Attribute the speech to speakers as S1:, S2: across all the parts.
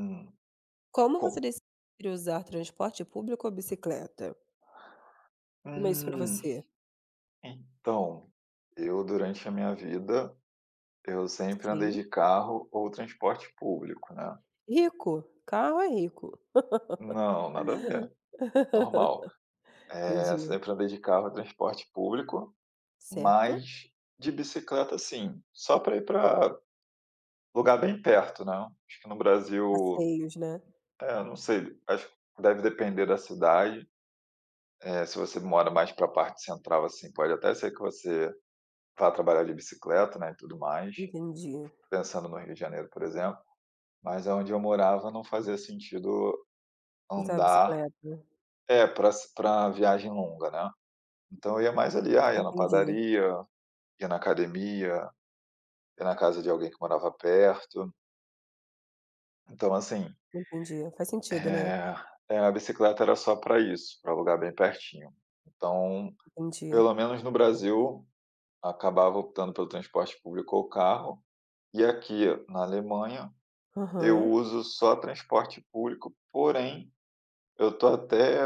S1: Hum,
S2: Como você
S1: co
S2: decide usar transporte público ou bicicleta? Como é isso para
S1: hum,
S2: você?
S1: então, eu durante a minha vida, eu sempre andei
S2: Sim.
S1: de carro ou transporte público, né.
S2: Rico, carro é rico.
S1: Não, nada a ver, normal.
S2: Entendi.
S1: Sempre andei de carro ou transporte público,
S2: Certo.
S1: mas de bicicleta sim, só para ir para lugar bem perto, né. Acho que no Brasil
S2: Passeios, né.
S1: é, não sei, acho que deve depender da cidade, se você mora mais para a parte central, assim, pode até ser que você vá trabalhar de bicicleta, né, e tudo mais.
S2: Entendi.
S1: Pensando no Rio de Janeiro, por exemplo, mas onde eu morava não fazia sentido
S2: Usar a
S1: andar
S2: bicicleta.
S1: é, para viagem longa, né. Então eu ia mais ali, ah, ia na
S2: Entendi,
S1: padaria, ia na academia, ia na casa de alguém que morava perto. Então assim,
S2: entendi. Faz sentido, né.
S1: eh a bicicleta era só para isso, para lugar bem pertinho. Então,
S2: Entendi.
S1: pelo menos no Brasil, acabava optando pelo transporte público ou carro, e aqui na Alemanha eu
S2: Aham.
S1: uso só transporte público, porém eu tô até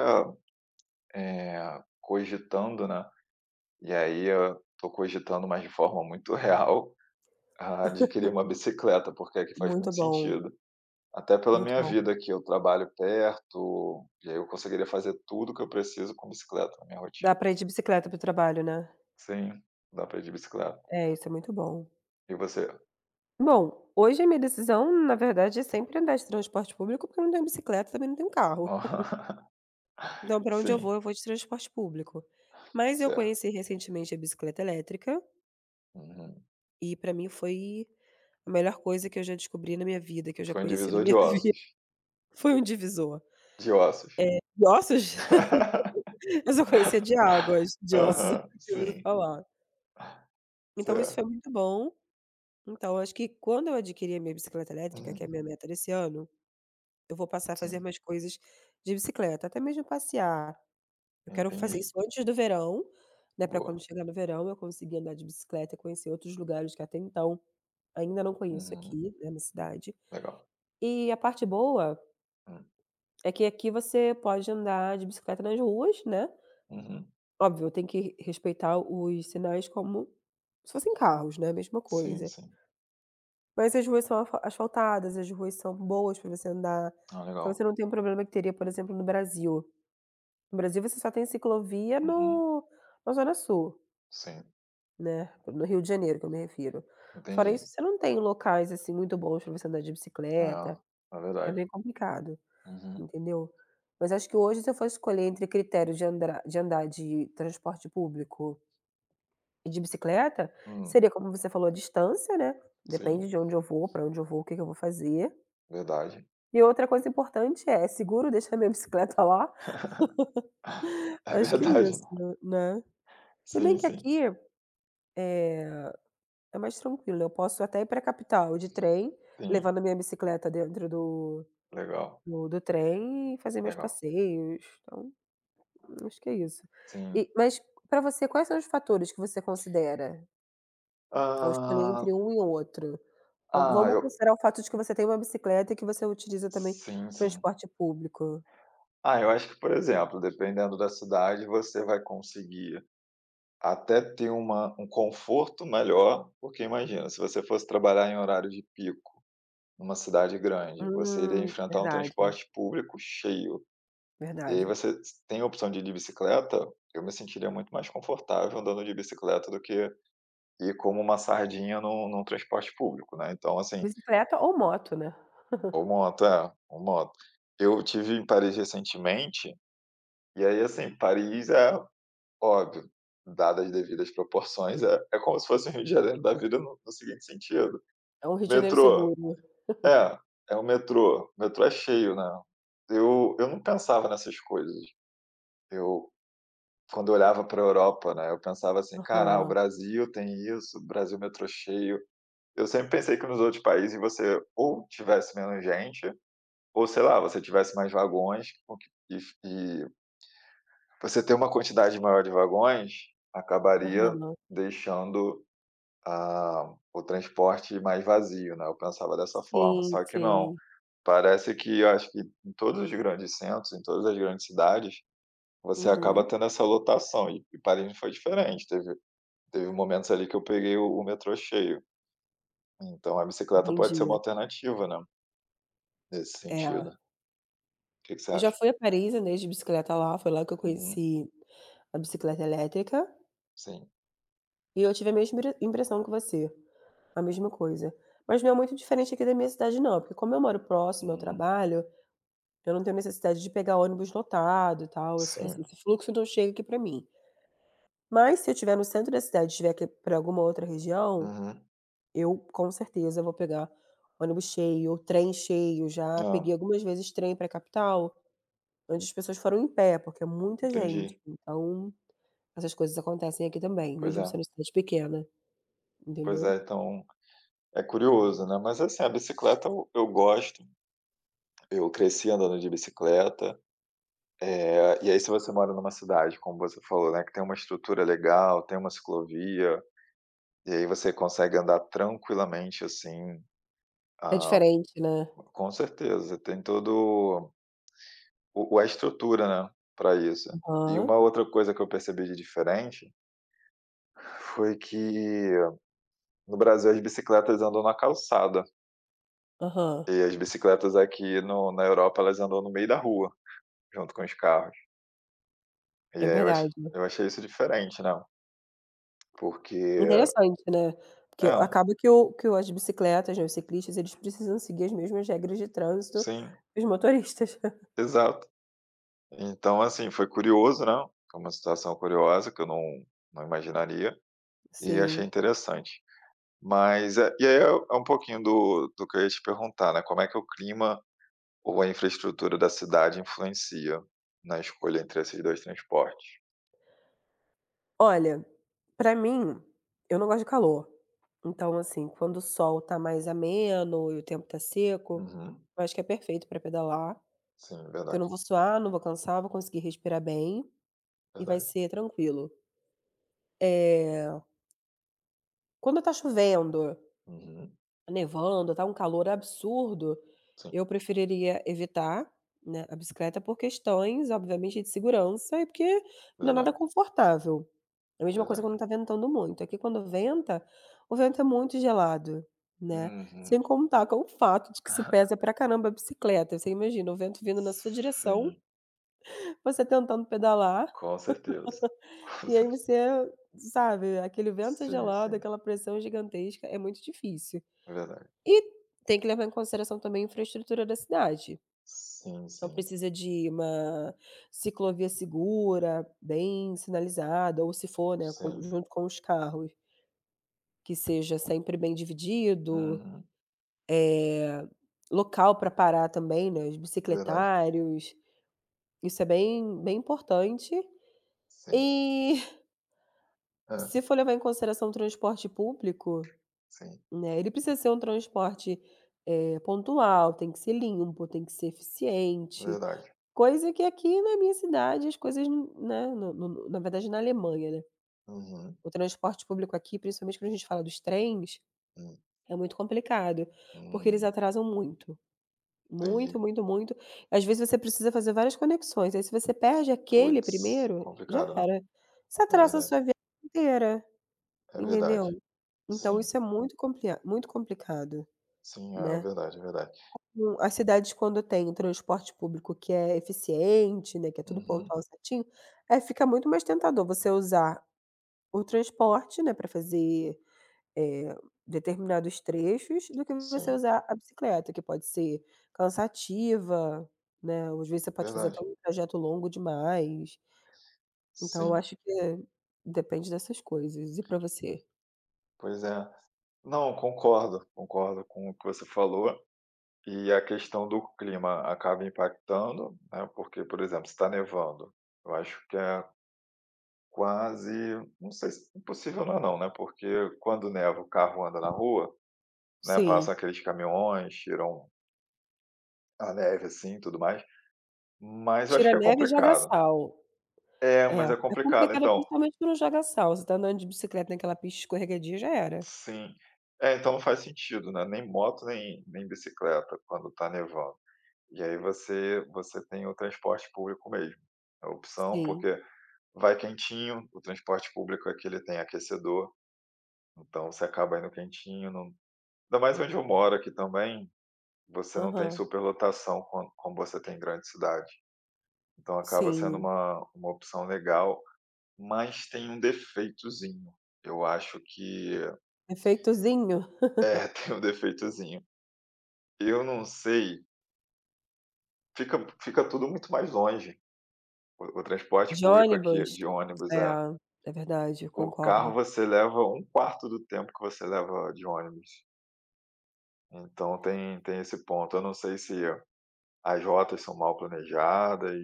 S1: Cogitando, né, e aí eu tô cogitando, mas de forma muito real, a adquirir uma bicicleta, porque aqui faz
S2: Muito
S1: muito
S2: bom,
S1: sentido. Até pela
S2: muito
S1: minha
S2: bom.
S1: vida aqui, eu trabalho perto, e aí eu conseguiria fazer tudo que eu preciso com bicicleta na minha rotina.
S2: Dá pra ir de bicicleta pro trabalho, né.
S1: Sim, dá pra ir de bicicleta.
S2: É, isso é muito bom.
S1: E você?
S2: Bom, hoje a minha decisão, na verdade, é sempre andar de transporte público, porque eu não tenho bicicleta, também não tenho carro. Então, para onde
S1: Sim,
S2: eu vou de transporte público. Mas eu
S1: certo.
S2: conheci recentemente a bicicleta elétrica
S1: Uhum.
S2: e para mim foi a melhor coisa que eu já descobri na minha vida, que eu já
S1: Foi um
S2: conheci na
S1: divisor de
S2: minha vida.
S1: ossos,
S2: Foi um divisor.
S1: de ossos.
S2: De ossos? Eu só conhecia de águas, de ossos eu
S1: Aham,
S2: nunca tinha ouvido
S1: sim,
S2: falar. Então isso
S1: certo.
S2: foi muito bom. Então acho que quando eu adquirir a minha bicicleta elétrica, que é a
S1: Uhum,
S2: minha meta desse ano, eu vou passar a fazer
S1: sim,
S2: mais coisas de bicicleta, até mesmo passear. Eu quero fazer
S1: entendi.
S2: isso antes do verão, né, para quando
S1: Boa.
S2: chegar no verão eu conseguir andar de bicicleta e conhecer outros lugares que até então ainda não conheço
S1: Uhum,
S2: aqui, né, na cidade.
S1: legal.
S2: E a parte boa
S1: Hum,
S2: é que aqui você pode andar de bicicleta nas ruas, né.
S1: uhum.
S2: Óbvio, tem que respeitar os sinais como se fossem carros, né, mesma
S1: Sim,
S2: coisa.
S1: sim.
S2: Mas as ruas são afa asfaltadas, as ruas são boas para você andar,
S1: Ah,
S2: então
S1: legal.
S2: você não tem um problema que teria, por exemplo, no Brasil. No Brasil você só tem ciclovia
S1: Uhum,
S2: no na zona sul.
S1: sim,
S2: Né, no Rio de Janeiro que eu me refiro. Fora isso,
S1: entendi.
S2: você não tem locais, assim, muito bons para você andar de
S1: Ah,
S2: bicicleta,
S1: é
S2: é bem
S1: verdade.
S2: complicado,
S1: Uhum.
S2: entendeu. Mas acho que hoje se eu fosse escolher entre critério de andar de transporte público e de bicicleta,
S1: Hum,
S2: seria como você falou a distância, né, depende
S1: sim,
S2: de onde eu vou, para onde eu vou, o que que eu vou fazer.
S1: verdade.
S2: E outra coisa importante é, é seguro deixar minha bicicleta lá?
S1: É
S2: Acho que
S1: verdade.
S2: isso, né. Se bem
S1: Sim,
S2: que
S1: sim.
S2: aqui, eh é mais tranquilo, eu posso até ir para a capital de trem,
S1: Sim,
S2: levando a minha bicicleta dentro do
S1: legal,
S2: do do trem e fazer meus
S1: legal.
S2: passeios, então acho que é isso.
S1: Sim.
S2: E mas para você quais são os fatores que você considera ao escolher
S1: Ah,
S2: entre um e outro? Vamos
S1: ah,
S2: vamos
S1: eu
S2: considerar o fato de que você tem uma bicicleta e que você utiliza também
S1: sim, sim.
S2: transporte público.
S1: Ah, eu acho que, por exemplo, dependendo da cidade, você vai conseguir até ter uma um conforto melhor, porque imagina, se você fosse trabalhar em horário de pico numa cidade grande, você iria enfrentar um
S2: Verdade,
S1: transporte público cheio, e aí
S2: verdade.
S1: você tem a opção de ir de bicicleta, eu me sentiria muito mais confortável andando de bicicleta do que ir como uma sardinha num transporte público, né, então assim
S2: Bicicleta ou moto, né.
S1: ou moto, é, ou moto. Eu tive em Paris recentemente, e aí assim, Paris é óbvio, dadas as devidas proporções, é é como se fosse o Rio de Janeiro da vida no seguinte sentido:
S2: É um Rio de Janeiro
S1: metrô
S2: seguro.
S1: é, é o metrô. O metrô é cheio, né. Eu não pensava nessas coisas. Eu quando eu olhava para a Europa, né, eu pensava assim: "Cara, ah, o
S2: Aham,
S1: Brasil tem isso, o Brasil metrô cheio". Eu sempre pensei que nos outros países você ou tivesse menos gente, ou sei lá, você tivesse mais vagões, o que e você ter uma quantidade maior de vagões, acabaria
S2: aham.
S1: deixando, ah, o transporte mais vazio, né, eu pensava dessa forma,
S2: Sim,
S1: só que não.
S2: sim.
S1: Parece que eu acho que em todos os grandes centros, em todas as grandes cidades, você acaba
S2: Uhum,
S1: tendo essa lotação e Paris não foi diferente, teve teve momentos ali que eu peguei o metrô cheio, então a bicicleta pode ser
S2: entendi.
S1: uma alternativa, né, nesse sentido.
S2: É,
S1: O que que você
S2: eu já
S1: acha?
S2: fui a Paris, andei de bicicleta lá, foi lá que eu
S1: Uhum,
S2: conheci a bicicleta elétrica,
S1: sim.
S2: e eu tive a mesma impressão que você, a mesma coisa. Mas não é muito diferente aqui da minha cidade não, porque como eu moro próximo ao
S1: Uhum,
S2: trabalho, eu não tenho necessidade de pegar ônibus lotado e tal, esse
S1: sim.
S2: esse esse fluxo não chega aqui pra mim. Mas se eu estiver no centro da cidade e estiver aqui para alguma outra região,
S1: Uhum.
S2: eu com certeza vou pegar ônibus cheio, ou trem cheio, já
S1: Hã,
S2: peguei algumas vezes trem para a capital. Onde as pessoas foram em pé, porque é muita gente,
S1: entendi.
S2: então essas coisas acontecem aqui também,
S1: Pois
S2: mesmo
S1: é,
S2: sendo cidade pequena,
S1: pois
S2: entendeu.
S1: é, então é curioso, né, mas assim, a bicicleta eu gosto, eu cresci andando de bicicleta, é, e aí se você mora numa cidade, como você falou, né, que tem uma estrutura legal, tem uma ciclovia, e aí você consegue andar tranquilamente, assim,
S2: É
S1: ah,
S2: diferente, né.
S1: com certeza, tem todo o a estrutura, né, para isso. E
S2: Aham,
S1: uma outra coisa que eu percebi de diferente, foi que no Brasil as bicicletas andam na calçada,
S2: aham,
S1: e as bicicletas aqui no na Europa elas andam no meio da rua, junto com os carros. E
S2: é
S1: aí eu achei
S2: verdade.
S1: eu achei isso diferente, né, porque
S2: Interessante, né, porque
S1: é,
S2: acaba que o as bicicletas, né, os ciclistas, eles precisam seguir as mesmas regras de trânsito
S1: sim,
S2: que os motoristas.
S1: exato. Então, assim, foi curioso, né, foi uma situação curiosa que eu não imaginaria, e achei
S2: Sim.
S1: interessante. Mas é e aí é um pouquinho do que eu ia te perguntar, né, como é que o clima ou a infraestrutura da cidade influencia na escolha entre esses dois transportes?
S2: Olha, pra mim, eu não gosto de calor, então, assim, quando o sol tá mais ameno e o tempo tá seco,
S1: Uhum.
S2: eu acho que é perfeito pra pedalar.
S1: Sim,
S2: Porque eu não
S1: verdade,
S2: vou suar, não vou cansar, vou conseguir respirar bem e vai
S1: verdade.
S2: ser tranquilo. Eh, Quando tá chovendo,
S1: Uhum.
S2: nevando, tá um calor absurdo,
S1: Sim,
S2: eu preferiria evitar, né, a bicicleta por questões, obviamente, de segurança e porque não é nada
S1: verdade,
S2: confortável. É a mesma coisa
S1: verdade.
S2: quando tá ventando muito. Aqui quando venta, o vento é muito gelado, né, sem
S1: Uhum.
S2: contar com o fato de que isso pesa pra caramba a bicicleta. Você imagina o vento vindo na sua direção,
S1: Sim,
S2: você tentando pedalar.
S1: com certeza.
S2: E aí você, sabe, aquele
S1: Com
S2: vento
S1: cer sim,
S2: gelado,
S1: sim,
S2: aquela pressão gigantesca, é muito difícil.
S1: é verdade.
S2: E tem que levar em consideração também a infraestrutura da cidade.
S1: Sim,
S2: Então
S1: sim,
S2: precisa de uma ciclovia segura, bem sinalizada, ou se for, né, com
S1: sim.
S2: junto com os carros, que seja sempre bem dividido,
S1: Uhum.
S2: eh, local para parar também, né, os
S1: Verdade.
S2: bicicletários, isso é bem bem importante.
S1: Sim.
S2: E
S1: Hã.
S2: se for levar em consideração o transporte público,
S1: Sim.
S2: né, ele precisa ser um transporte, pontual, tem que ser limpo, tem que ser eficiente,
S1: Verdade.
S2: coisa que aqui na minha cidade as coisas, né, no no na verdade na Alemanha, né,
S1: Uhum.
S2: o transporte público aqui, principalmente quando a gente fala dos trens,
S1: Hum.
S2: é muito complicado, porque eles
S1: Hum.
S2: atrasam muito, muito,
S1: Entendi.
S2: muito, muito. Às vezes você precisa fazer várias conexões, aí se você perde aquele
S1: Puts,
S2: primeiro, já
S1: complicado, né.
S2: era. Você
S1: É
S2: atrasa a sua
S1: verdade.
S2: viagem inteira,
S1: É verdade.
S2: entendeu? Então
S1: Sim.
S2: isso é muito complicado,
S1: Sim, é
S2: né.
S1: verdade, é verdade.
S2: As cidades quando tem o transporte público que é eficiente, né, que é tudo
S1: Uhum.
S2: pontual certinho, aí fica muito mais tentador você usar o transporte, né, para fazer, eh, determinados trechos, do que você
S1: Sim.
S2: usar a bicicleta, que pode ser cansativa, né, ou às vezes você pode fazer até
S1: Verdade.
S2: um trajeto longo demais. Então eu
S1: Sim.
S2: acho que, depende dessas coisas. E para você?
S1: Pois é. Não, concordo. Concordo com o que você falou. E a questão do clima acaba impactando, né, porque, por exemplo, se tá nevando, eu acho que é quase não sei se impossível não é não, né, porque quando neva o carro anda na rua, né,
S2: Sim.
S1: passam aqueles caminhões, tiram a neve, assim, e tudo mais, mas eu acho que
S2: Tira
S1: é
S2: neve e joga
S1: complicado.
S2: sal.
S1: É,
S2: É,
S1: mas é
S2: é
S1: complicado,
S2: complicado
S1: então
S2: principalmente quando joga sal, você tá andando de bicicleta naquela pista escorregadia, já era.
S1: sim. É, então não faz sentido, né, nem moto, nem bicicleta quando tá nevando. E aí você tem o transporte público mesmo, é a opção,
S2: Sim,
S1: porque vai quentinho, o transporte público aqui ele tem aquecedor, então você acaba indo quentinho, não ainda mais onde eu moro aqui também, você não tem
S2: aham,
S1: superlotação como você tem em grande cidade. Então acaba sendo
S2: sim.
S1: uma opção legal, mas tem um defeitozinho. Eu acho que
S2: Efeitozinho
S1: é, tem um defeitozinho. Eu não sei, fica tudo muito mais longe. O transporte
S2: de
S1: público aqui
S2: ônibus.
S1: de ônibus
S2: É,
S1: é
S2: é verdade,
S1: o carro
S2: concordo.
S1: você leva um quarto do tempo que você leva de ônibus. Então tem esse ponto. Eu não sei se as rotas são mal planejadas,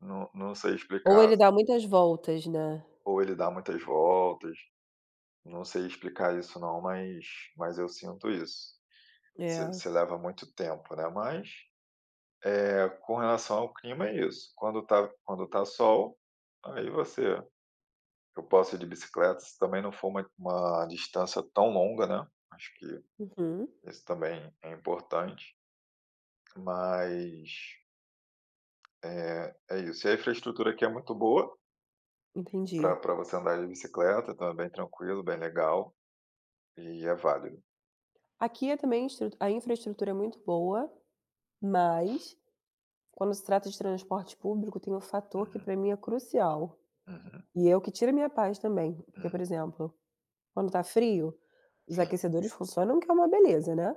S1: não sei
S2: Ou
S1: explicar.
S2: ele dá muitas voltas, né.
S1: Ou ele dá muitas voltas. Não sei explicar isso não, mas eu sinto isso.
S2: É,
S1: Você leva muito tempo, né, mas, com relação ao clima é isso, quando tá sol, aí você eu posso ir de bicicleta, se também não for uma distância tão longa, né, acho que
S2: uhum,
S1: isso também é importante, mas, é isso. E a infraestrutura aqui é muito boa para
S2: entendi.
S1: pra você andar de bicicleta, então é bem tranquilo, bem legal e é válido.
S2: Aqui é também estru a infraestrutura é muito boa, mas quando se trata de transporte público tem um fator que
S1: Uhum,
S2: pra mim é crucial,
S1: uhum,
S2: e é o que tira a minha paz também, porque, por
S1: hum,
S2: exemplo, quando tá frio, os
S1: sim,
S2: aquecedores funcionam que é uma beleza, né.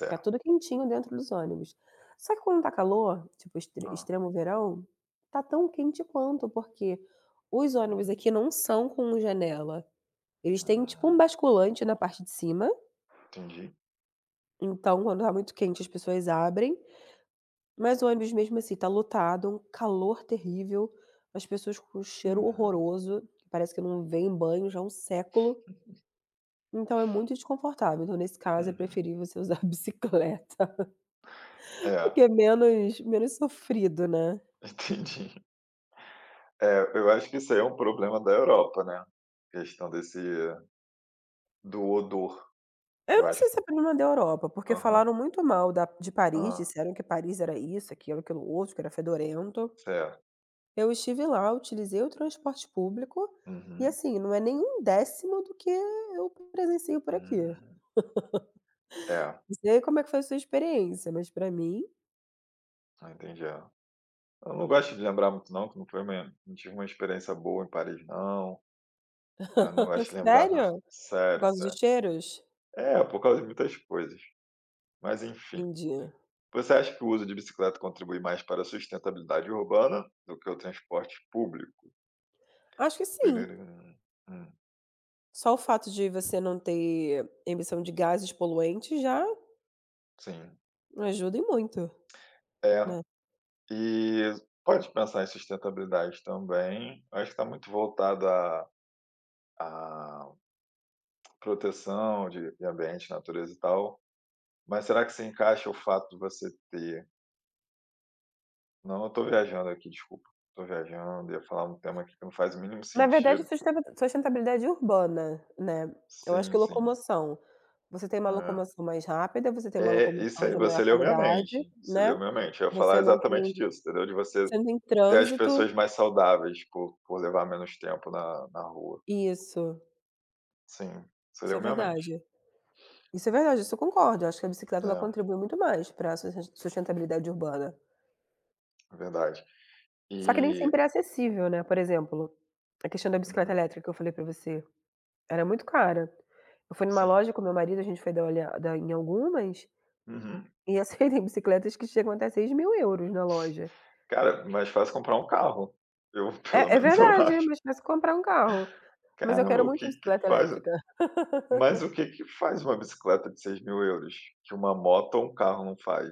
S2: Fica tudo quentinho dentro dos ônibus. Só que quando tá calor, tipo extre
S1: Hã.
S2: extremo verão, tá tão quente quanto, porque os ônibus
S1: Uhum.
S2: aqui não são com janela, eles têm tipo um
S1: Ah,
S2: basculante na parte de cima,
S1: entendi.
S2: então quando tá muito quente as pessoas abrem, mas o ônibus mesmo assim tá lotado, um calor terrível, as pessoas com um cheiro
S1: Uhum,
S2: horroroso, que parece que não vem banho já há um século. Então é muito desconfortável, então nesse caso é
S1: uhum.
S2: preferível você usar a bicicleta,
S1: É,
S2: porque é menos menos sofrido, né.
S1: entendi. É, eu acho que isso aí é um problema da Europa, né, questão desse do odor,
S2: Eu
S1: eu
S2: não
S1: acho
S2: sei se é problema da Europa, porque
S1: aham.
S2: falaram muito mal da de Paris,
S1: Hã,
S2: disseram que Paris era isso, aquilo, aquilo outro, que era fedorento.
S1: certo.
S2: Eu estive lá, utilizei o transporte público, e
S1: Uhum,
S2: assim, não é nenhum décimo do que eu presencio por aqui.
S1: uhum. É,
S2: Não sei como é que foi a sua experiência, mas pra mim
S1: ah, entendi, é. Eu não gosto de lembrar muito não, que não foi minha não tive uma experiência boa em Paris não, ah, não gosto de lembrar não.
S2: sério? Por
S1: Sério,
S2: causa dos
S1: sério.
S2: cheiros?
S1: É, por causa de muitas coisas, mas enfim.
S2: Entendi.
S1: Você acha que o uso de bicicleta contribui mais para a sustentabilidade urbana do que o transporte público?
S2: Acho que sim.
S1: Tararã. Hum,
S2: Só o fato de você não ter emissão de gases poluentes já
S1: sim.
S2: ajuda e muito,
S1: É,
S2: né.
S1: e pode pensar em sustentabilidade também. Acho que está muito voltado à, à proteção de ambiente, natureza e tal. Mas será que se encaixa o fato de você ter. Não, eu estou viajando aqui, desculpa. Estou viajando, ia falar um tema aqui que não faz o mínimo
S2: Na verdade,
S1: sentido.
S2: sustentabilidade urbana, né. Eu acho
S1: Sim,
S2: que
S1: sim.
S2: locomoção. Você tem uma
S1: É.
S2: locomoção mais rápida, você tem uma
S1: É, isso
S2: locomoção
S1: aí,
S2: de maior
S1: você leu minha
S2: qualidade,
S1: mente, você
S2: né.
S1: leu minha mente. Eu ia falar
S2: Você não
S1: exatamente
S2: tem
S1: disso, entendeu? De você
S2: você não tem
S1: ter as
S2: trânsito.
S1: pessoas mais saudáveis por levar menos tempo na rua.
S2: isso,
S1: Sim, você
S2: isso é
S1: leu minha mente.
S2: verdade. Isso é verdade, isso eu concordo, eu acho que a bicicleta ela
S1: É,
S2: contribui muito mais pra sustentabilidade urbana.
S1: é verdade.
S2: Só que nem
S1: E
S2: sempre é acessível, né, por exemplo, a questão da bicicleta
S1: uhum,
S2: elétrica que eu falei pra você. Era muito cara. Eu fui numa
S1: sim.
S2: loja com meu marido, a gente foi dar uma olhada em algumas,
S1: Uhum.
S2: e assim, tem bicicletas que chegam até 6.000 euros na loja.
S1: Cara, mais fácil comprar um carro. Eu pelo
S2: É é
S1: menos eu
S2: verdade,
S1: acho.
S2: mas parece comprar um carro. Mas eu
S1: Caramba,
S2: quero
S1: o
S2: muito uma
S1: que que
S2: bicicleta
S1: faz
S2: elétrica.
S1: mas o que que faz uma bicicleta de 6.000 euros que uma moto ou um carro não faz?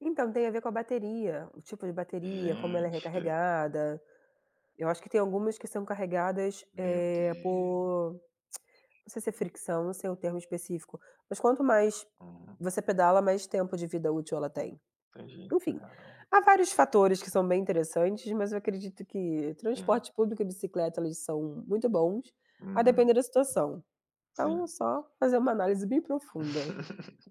S2: Então, tem a ver com a bateria, o tipo de bateria, como ela é
S1: Gente,
S2: recarregada. Eu acho que tem algumas que são carregadas,
S1: meu Deus.
S2: por não sei se é fricção, não sei o termo específico, mas quanto mais
S1: Uhum,
S2: você pedala, mais tempo de vida útil ela tem.
S1: entendi,
S2: Enfim,
S1: cara,
S2: há vários fatores que são bem interessantes, mas eu acredito que transporte público e bicicleta, eles são muito bons, a
S1: uhum,
S2: depender da situação. Então é
S1: sim.
S2: só fazer uma análise bem profunda.